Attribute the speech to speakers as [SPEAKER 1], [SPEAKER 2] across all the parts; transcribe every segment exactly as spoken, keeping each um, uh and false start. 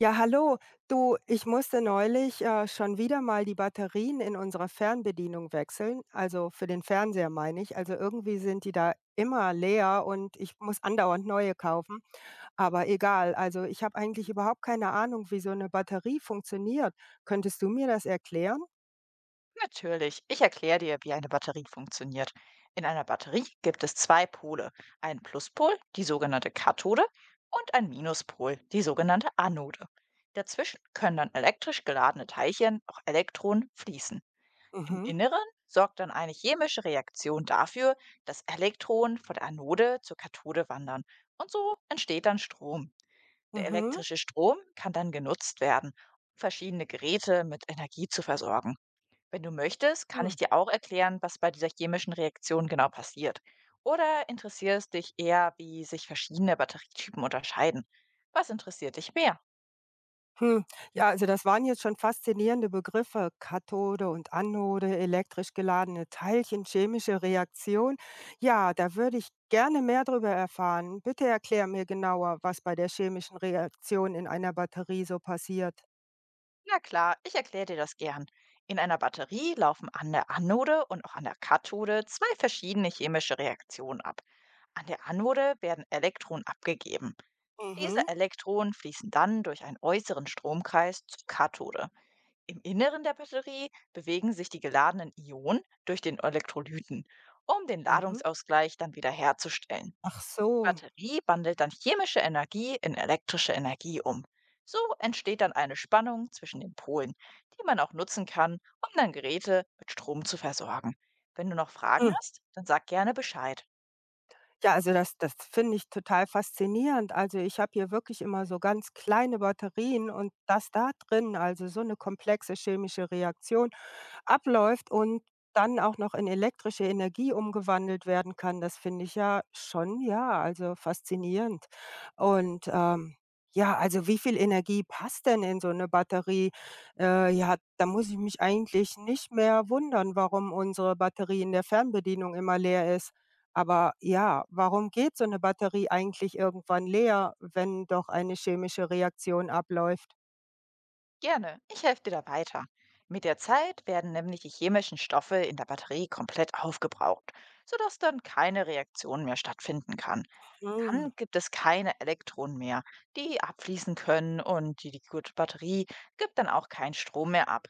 [SPEAKER 1] Ja, hallo. Du, ich musste neulich äh, schon wieder mal die Batterien in unserer Fernbedienung wechseln. Also für den Fernseher meine ich. Also irgendwie sind die da immer leer und ich muss andauernd neue kaufen. Aber egal, also ich habe eigentlich überhaupt keine Ahnung, wie so eine Batterie funktioniert. Könntest du mir das erklären?
[SPEAKER 2] Natürlich, ich erkläre dir, wie eine Batterie funktioniert. In einer Batterie gibt es zwei Pole, einen Pluspol, die sogenannte Kathode, und einen Minuspol, die sogenannte Anode. Dazwischen können dann elektrisch geladene Teilchen, auch Elektronen, fließen. Im
[SPEAKER 1] Mhm,
[SPEAKER 2] Inneren sorgt dann eine chemische Reaktion dafür, dass Elektronen von der Anode zur Kathode wandern. Und so entsteht dann Strom. Der
[SPEAKER 1] mhm.
[SPEAKER 2] elektrische Strom kann dann genutzt werden, um verschiedene Geräte mit Energie zu versorgen. Wenn du möchtest, kann ich
[SPEAKER 1] Hm.
[SPEAKER 2] dir auch erklären, was bei dieser chemischen Reaktion genau passiert. Oder interessierst dich eher, wie sich verschiedene Batterietypen unterscheiden? Was interessiert dich mehr?
[SPEAKER 1] Hm, ja, also das waren jetzt schon faszinierende Begriffe. Kathode und Anode, elektrisch geladene Teilchen, chemische Reaktion. Ja, da würde ich gerne mehr darüber erfahren. Bitte erklär mir genauer, was bei der chemischen Reaktion in einer Batterie so passiert.
[SPEAKER 2] Na klar, ich erkläre dir das gern. In einer Batterie laufen an der Anode und auch an der Kathode zwei verschiedene chemische Reaktionen ab. An der Anode werden Elektronen abgegeben.
[SPEAKER 1] Mhm,
[SPEAKER 2] Diese Elektronen fließen dann durch einen äußeren Stromkreis zur Kathode. Im Inneren der Batterie bewegen sich die geladenen Ionen durch den Elektrolyten, um den
[SPEAKER 1] mhm.
[SPEAKER 2] Ladungsausgleich dann wieder herzustellen.
[SPEAKER 1] Ach
[SPEAKER 2] Die
[SPEAKER 1] so.
[SPEAKER 2] Batterie wandelt dann chemische Energie in elektrische Energie um. So entsteht dann eine Spannung zwischen den Polen, die man auch nutzen kann, um dann Geräte mit Strom zu versorgen. Wenn du noch Fragen
[SPEAKER 1] Hm.
[SPEAKER 2] hast, dann sag gerne Bescheid.
[SPEAKER 1] Ja, also das, das finde ich total faszinierend. Also ich habe hier wirklich immer so ganz kleine Batterien und das da drin, also so eine komplexe chemische Reaktion abläuft und dann auch noch in elektrische Energie umgewandelt werden kann, das finde ich ja schon, ja, also faszinierend. Und, ähm, ja, also wie viel Energie passt denn in so eine Batterie? Äh, ja, da muss ich mich eigentlich nicht mehr wundern, warum unsere Batterie in der Fernbedienung immer leer ist. Aber ja, warum geht so eine Batterie eigentlich irgendwann leer, wenn doch eine chemische Reaktion abläuft?
[SPEAKER 2] Gerne, ich helfe dir da weiter. Mit der Zeit werden nämlich die chemischen Stoffe in der Batterie komplett aufgebraucht, sodass dann keine Reaktion mehr stattfinden kann.
[SPEAKER 1] Hm,
[SPEAKER 2] Dann gibt es keine Elektronen mehr, die abfließen können und die, die gute Batterie gibt dann auch keinen Strom mehr ab.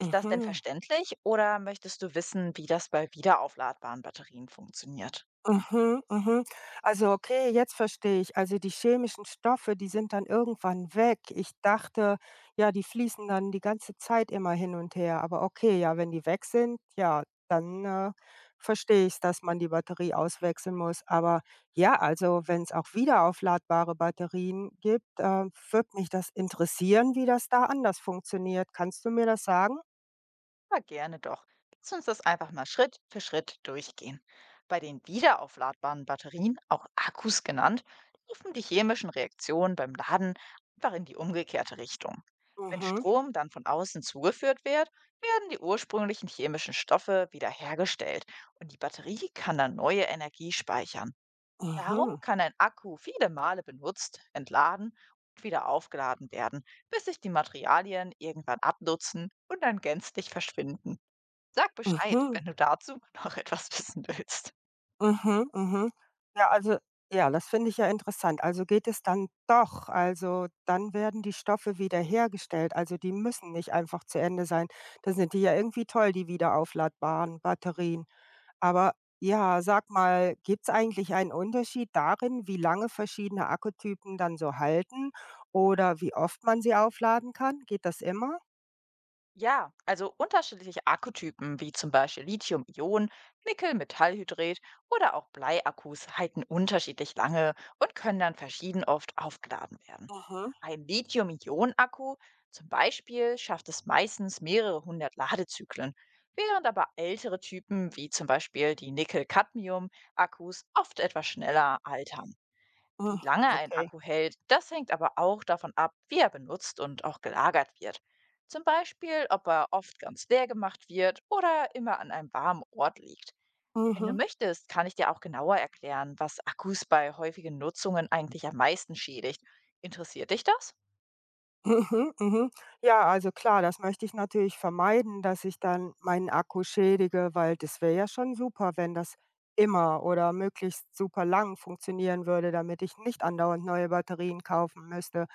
[SPEAKER 2] Ist das denn
[SPEAKER 1] mhm.
[SPEAKER 2] verständlich oder möchtest du wissen, wie das bei wiederaufladbaren Batterien funktioniert?
[SPEAKER 1] Mhm, mhm. Also, okay, jetzt verstehe ich. Also, die chemischen Stoffe, die sind dann irgendwann weg. Ich dachte, ja, die fließen dann die ganze Zeit immer hin und her. Aber okay, ja, wenn die weg sind, ja, dann äh, verstehe ich, dass man die Batterie auswechseln muss. Aber ja, also, wenn es auch wiederaufladbare Batterien gibt, äh, würde mich das interessieren, wie das da anders funktioniert. Kannst du mir das sagen?
[SPEAKER 2] Aber gerne doch. Lass uns das einfach mal Schritt für Schritt durchgehen. Bei den wiederaufladbaren Batterien, auch Akkus genannt, laufen die chemischen Reaktionen beim Laden einfach in die umgekehrte Richtung. Wenn
[SPEAKER 1] Mhm,
[SPEAKER 2] Strom dann von außen zugeführt wird, werden die ursprünglichen chemischen Stoffe wieder hergestellt und die Batterie kann dann neue Energie speichern. Darum
[SPEAKER 1] mhm,
[SPEAKER 2] kann ein Akku viele Male benutzt, entladen und wieder aufgeladen werden, bis sich die Materialien irgendwann abnutzen und dann gänzlich verschwinden. Sag Bescheid,
[SPEAKER 1] mhm.
[SPEAKER 2] wenn du dazu noch etwas wissen willst.
[SPEAKER 1] Mhm, mhm. Ja, also ja, das finde ich ja interessant. Also geht es dann doch, also dann werden die Stoffe wieder hergestellt. Also die müssen nicht einfach zu Ende sein. Da sind die ja irgendwie toll, die wiederaufladbaren Batterien. Aber ja, sag mal, gibt es eigentlich einen Unterschied darin, wie lange verschiedene Akkutypen dann so halten oder wie oft man sie aufladen kann? Geht das immer?
[SPEAKER 2] Ja, also unterschiedliche Akkutypen wie zum Beispiel Lithium-Ionen, Nickel-Metallhydrid oder auch Bleiakkus halten unterschiedlich lange und können dann verschieden oft aufgeladen werden.
[SPEAKER 1] Mhm.
[SPEAKER 2] Ein Lithium-Ionen-Akku zum Beispiel schafft es meistens mehrere hundert Ladezyklen, während aber ältere Typen wie zum Beispiel die Nickel-Cadmium-Akkus oft etwas schneller altern.
[SPEAKER 1] Mhm.
[SPEAKER 2] Wie lange ein
[SPEAKER 1] Okay.
[SPEAKER 2] Akku hält, das hängt aber auch davon ab, wie er benutzt und auch gelagert wird. Zum Beispiel, ob er oft ganz leer gemacht wird oder immer an einem warmen Ort liegt. Wenn du
[SPEAKER 1] Mhm.
[SPEAKER 2] möchtest, kann ich dir auch genauer erklären, was Akkus bei häufigen Nutzungen eigentlich am meisten schädigt. Interessiert dich das?
[SPEAKER 1] Mhm, mhm. Ja, also klar, das möchte ich natürlich vermeiden, dass ich dann meinen Akku schädige, weil das wäre ja schon super, wenn das immer oder möglichst super lang funktionieren würde, damit ich nicht andauernd neue Batterien kaufen müsste.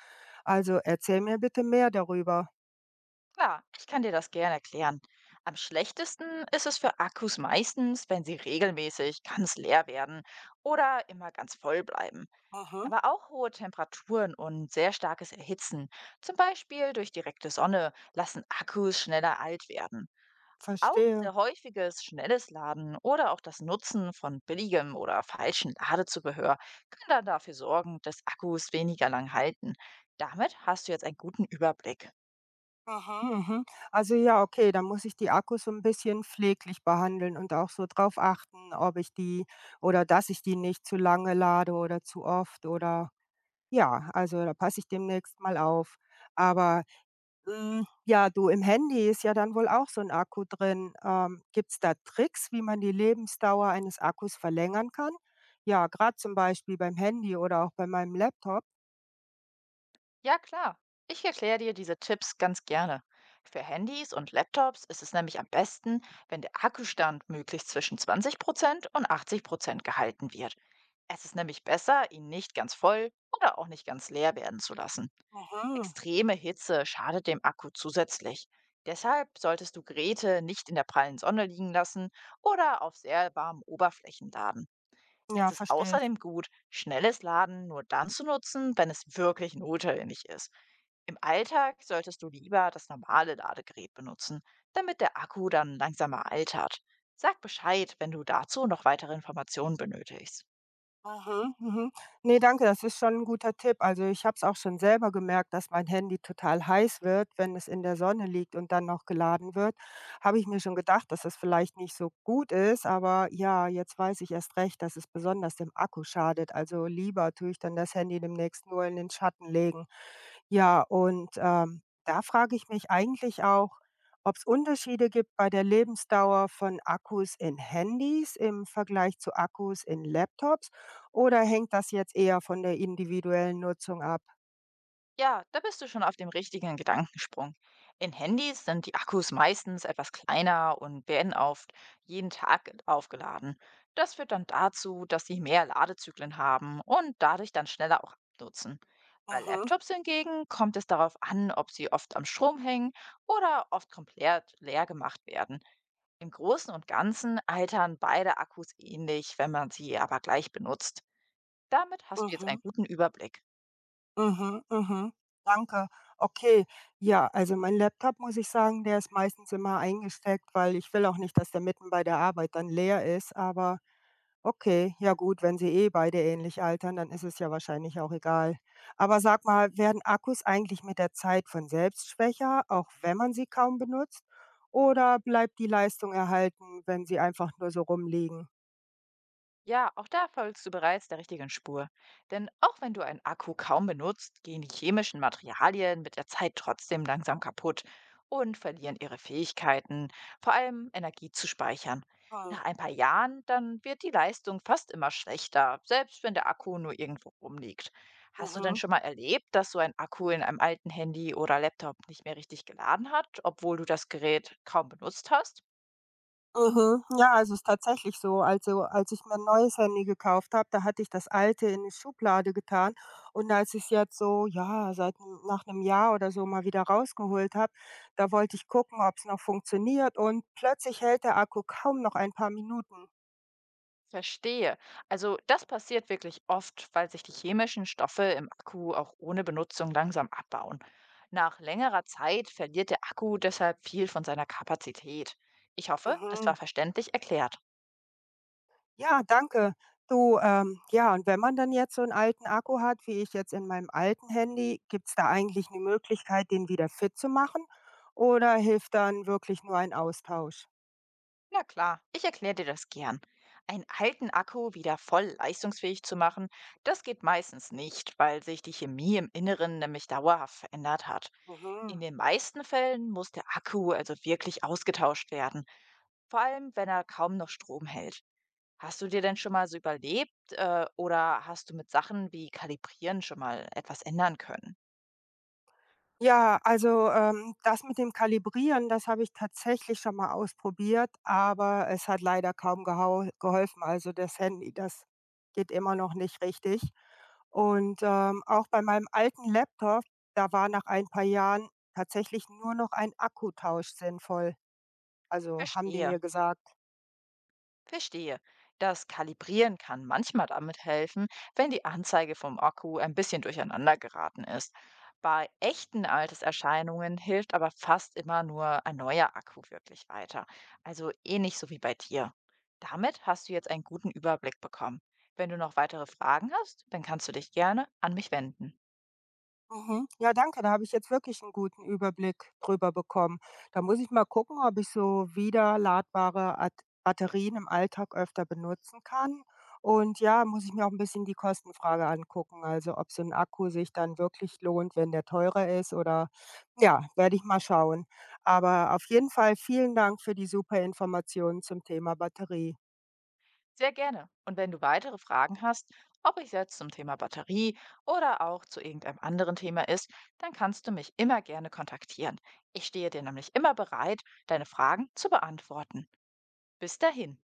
[SPEAKER 1] Also erzähl mir bitte mehr darüber.
[SPEAKER 2] Klar, ich kann dir das gerne erklären. Am schlechtesten ist es für Akkus meistens, wenn sie regelmäßig ganz leer werden oder immer ganz voll bleiben.
[SPEAKER 1] Mhm,
[SPEAKER 2] Aber auch hohe Temperaturen und sehr starkes Erhitzen, zum Beispiel durch direkte Sonne, lassen Akkus schneller alt werden. Auch
[SPEAKER 1] verstehe.
[SPEAKER 2] sehr häufiges schnelles Laden oder auch das Nutzen von billigem oder falschem Ladezubehör kann dann dafür sorgen, dass Akkus weniger lang halten. Damit hast du jetzt einen guten Überblick.
[SPEAKER 1] Mhm, mhm. Also ja, okay, dann muss ich die Akkus so ein bisschen pfleglich behandeln und auch so drauf achten, ob ich die oder dass ich die nicht zu lange lade oder zu oft oder ja, also da passe ich demnächst mal auf. Aber, hm, ja, du, im Handy ist ja dann wohl auch so ein Akku drin. Ähm, Gibt es da Tricks, wie man die Lebensdauer eines Akkus verlängern kann? Ja, gerade zum Beispiel beim Handy oder auch bei meinem Laptop.
[SPEAKER 2] Ja, klar. Ich erkläre dir diese Tipps ganz gerne. Für Handys und Laptops ist es nämlich am besten, wenn der Akkustand möglichst zwischen zwanzig Prozent und achtzig Prozent gehalten wird. Es ist nämlich besser, ihn nicht ganz voll oder auch nicht ganz leer werden zu lassen.
[SPEAKER 1] Mhm,
[SPEAKER 2] Extreme Hitze schadet dem Akku zusätzlich. Deshalb solltest du Geräte nicht in der prallen Sonne liegen lassen oder auf sehr warmen Oberflächen laden.
[SPEAKER 1] ja,
[SPEAKER 2] Es ist
[SPEAKER 1] verstehe ich.
[SPEAKER 2] außerdem gut, schnelles Laden nur dann zu nutzen, wenn es wirklich notwendig ist. Im Alltag solltest du lieber das normale Ladegerät benutzen, damit der Akku dann langsamer altert. Sag Bescheid, wenn du dazu noch weitere Informationen benötigst.
[SPEAKER 1] Mhm, mhm. Ne, danke, das ist schon ein guter Tipp. Also, ich habe es auch schon selber gemerkt, dass mein Handy total heiß wird, wenn es in der Sonne liegt und dann noch geladen wird. Habe ich mir schon gedacht, dass das vielleicht nicht so gut ist, aber ja, jetzt weiß ich erst recht, dass es besonders dem Akku schadet. Also, lieber tue ich dann das Handy demnächst nur in den Schatten legen. Ja, und, ähm, da frage ich mich eigentlich auch, ob es Unterschiede gibt bei der Lebensdauer von Akkus in Handys im Vergleich zu Akkus in Laptops. Oder hängt das jetzt eher von der individuellen Nutzung ab?
[SPEAKER 2] Ja, da bist du schon auf dem richtigen Gedankensprung. In Handys sind die Akkus meistens etwas kleiner und werden oft jeden Tag aufgeladen. Das führt dann dazu, dass sie mehr Ladezyklen haben und dadurch dann schneller auch abnutzen. Bei
[SPEAKER 1] Mhm,
[SPEAKER 2] Laptops hingegen kommt es darauf an, ob sie oft am Strom hängen oder oft komplett leer gemacht werden. Im Großen und Ganzen altern beide Akkus ähnlich, wenn man sie aber gleich benutzt. Damit hast du jetzt
[SPEAKER 1] mhm,
[SPEAKER 2] einen guten Überblick.
[SPEAKER 1] mhm, mhm. Danke. Okay. Ja, also mein Laptop, muss ich sagen, der ist meistens immer eingesteckt, weil ich will auch nicht, dass der mitten bei der Arbeit dann leer ist. Aber okay, ja gut, wenn sie eh beide ähnlich altern, dann ist es ja wahrscheinlich auch egal. Aber sag mal, werden Akkus eigentlich mit der Zeit von selbst schwächer, auch wenn man sie kaum benutzt? Oder bleibt die Leistung erhalten, wenn sie einfach nur so rumliegen?
[SPEAKER 2] Ja, auch da folgst du bereits der richtigen Spur. Denn auch wenn du einen Akku kaum benutzt, gehen die chemischen Materialien mit der Zeit trotzdem langsam kaputt und verlieren ihre Fähigkeiten, vor allem Energie zu speichern.
[SPEAKER 1] Hm,
[SPEAKER 2] Nach ein paar Jahren, dann wird die Leistung fast immer schlechter, selbst wenn der Akku nur irgendwo rumliegt. Hast du denn
[SPEAKER 1] mhm.
[SPEAKER 2] schon mal erlebt, dass so ein Akku in einem alten Handy oder Laptop nicht mehr richtig geladen hat, obwohl du das Gerät kaum benutzt hast?
[SPEAKER 1] Mhm. Ja, also, es ist tatsächlich so. Also, als ich mir 'n neues Handy gekauft habe, da hatte ich das alte in die Schublade getan und als ich's jetzt so, ja, seit 'n nach einem Jahr oder so mal wieder rausgeholt habe, da wollte ich gucken, ob es noch funktioniert und plötzlich hält der Akku kaum noch ein paar Minuten.
[SPEAKER 2] Verstehe. Also das passiert wirklich oft, weil sich die chemischen Stoffe im Akku auch ohne Benutzung langsam abbauen. Nach längerer Zeit verliert der Akku deshalb viel von seiner Kapazität. Ich hoffe, das
[SPEAKER 1] Mhm.
[SPEAKER 2] war verständlich erklärt.
[SPEAKER 1] Ja, danke. Du, ähm, ja, und wenn man dann jetzt so einen alten Akku hat, wie ich jetzt in meinem alten Handy, gibt es da eigentlich eine Möglichkeit, den wieder fit zu machen oder hilft dann wirklich nur ein Austausch?
[SPEAKER 2] Na klar, ich erkläre dir das gern. Einen alten Akku wieder voll leistungsfähig zu machen, das geht meistens nicht, weil sich die Chemie im Inneren nämlich dauerhaft verändert hat.
[SPEAKER 1] Mhm.
[SPEAKER 2] In den meisten Fällen muss der Akku also wirklich ausgetauscht werden, vor allem wenn er kaum noch Strom hält. Hast du dir denn schon mal so überlebt äh, oder hast du mit Sachen wie Kalibrieren schon mal etwas ändern können?
[SPEAKER 1] Ja, also, ähm, das mit dem Kalibrieren, das habe ich tatsächlich schon mal ausprobiert, aber es hat leider kaum gehau geholfen. Also, das Handy, das geht immer noch nicht richtig. Und, ähm, auch bei meinem alten Laptop, da war nach ein paar Jahren tatsächlich nur noch ein Akkutausch sinnvoll. Also, haben die
[SPEAKER 2] Verstehe.
[SPEAKER 1] mir gesagt.
[SPEAKER 2] Verstehe. Das Kalibrieren kann manchmal damit helfen, wenn die Anzeige vom Akku ein bisschen durcheinander geraten ist. Bei echten Alterserscheinungen hilft aber fast immer nur ein neuer Akku wirklich weiter. Also ähnlich so wie bei dir. Damit hast du jetzt einen guten Überblick bekommen. Wenn du noch weitere Fragen hast, dann kannst du dich gerne an mich wenden.
[SPEAKER 1] Mhm. Ja, danke. Da habe ich jetzt wirklich einen guten Überblick drüber bekommen. Da muss ich mal gucken, ob ich so wiederladbare At Batterien im Alltag öfter benutzen kann. Und ja, muss ich mir auch ein bisschen die Kostenfrage angucken, also ob so ein Akku sich dann wirklich lohnt, wenn der teurer ist oder ja, werde ich mal schauen. Aber auf jeden Fall vielen Dank für die super Informationen zum Thema Batterie.
[SPEAKER 2] Sehr gerne. Und wenn du weitere Fragen hast, ob ich jetzt zum Thema Batterie oder auch zu irgendeinem anderen Thema ist, dann kannst du mich immer gerne kontaktieren. Ich stehe dir nämlich immer bereit, deine Fragen zu beantworten. Bis dahin.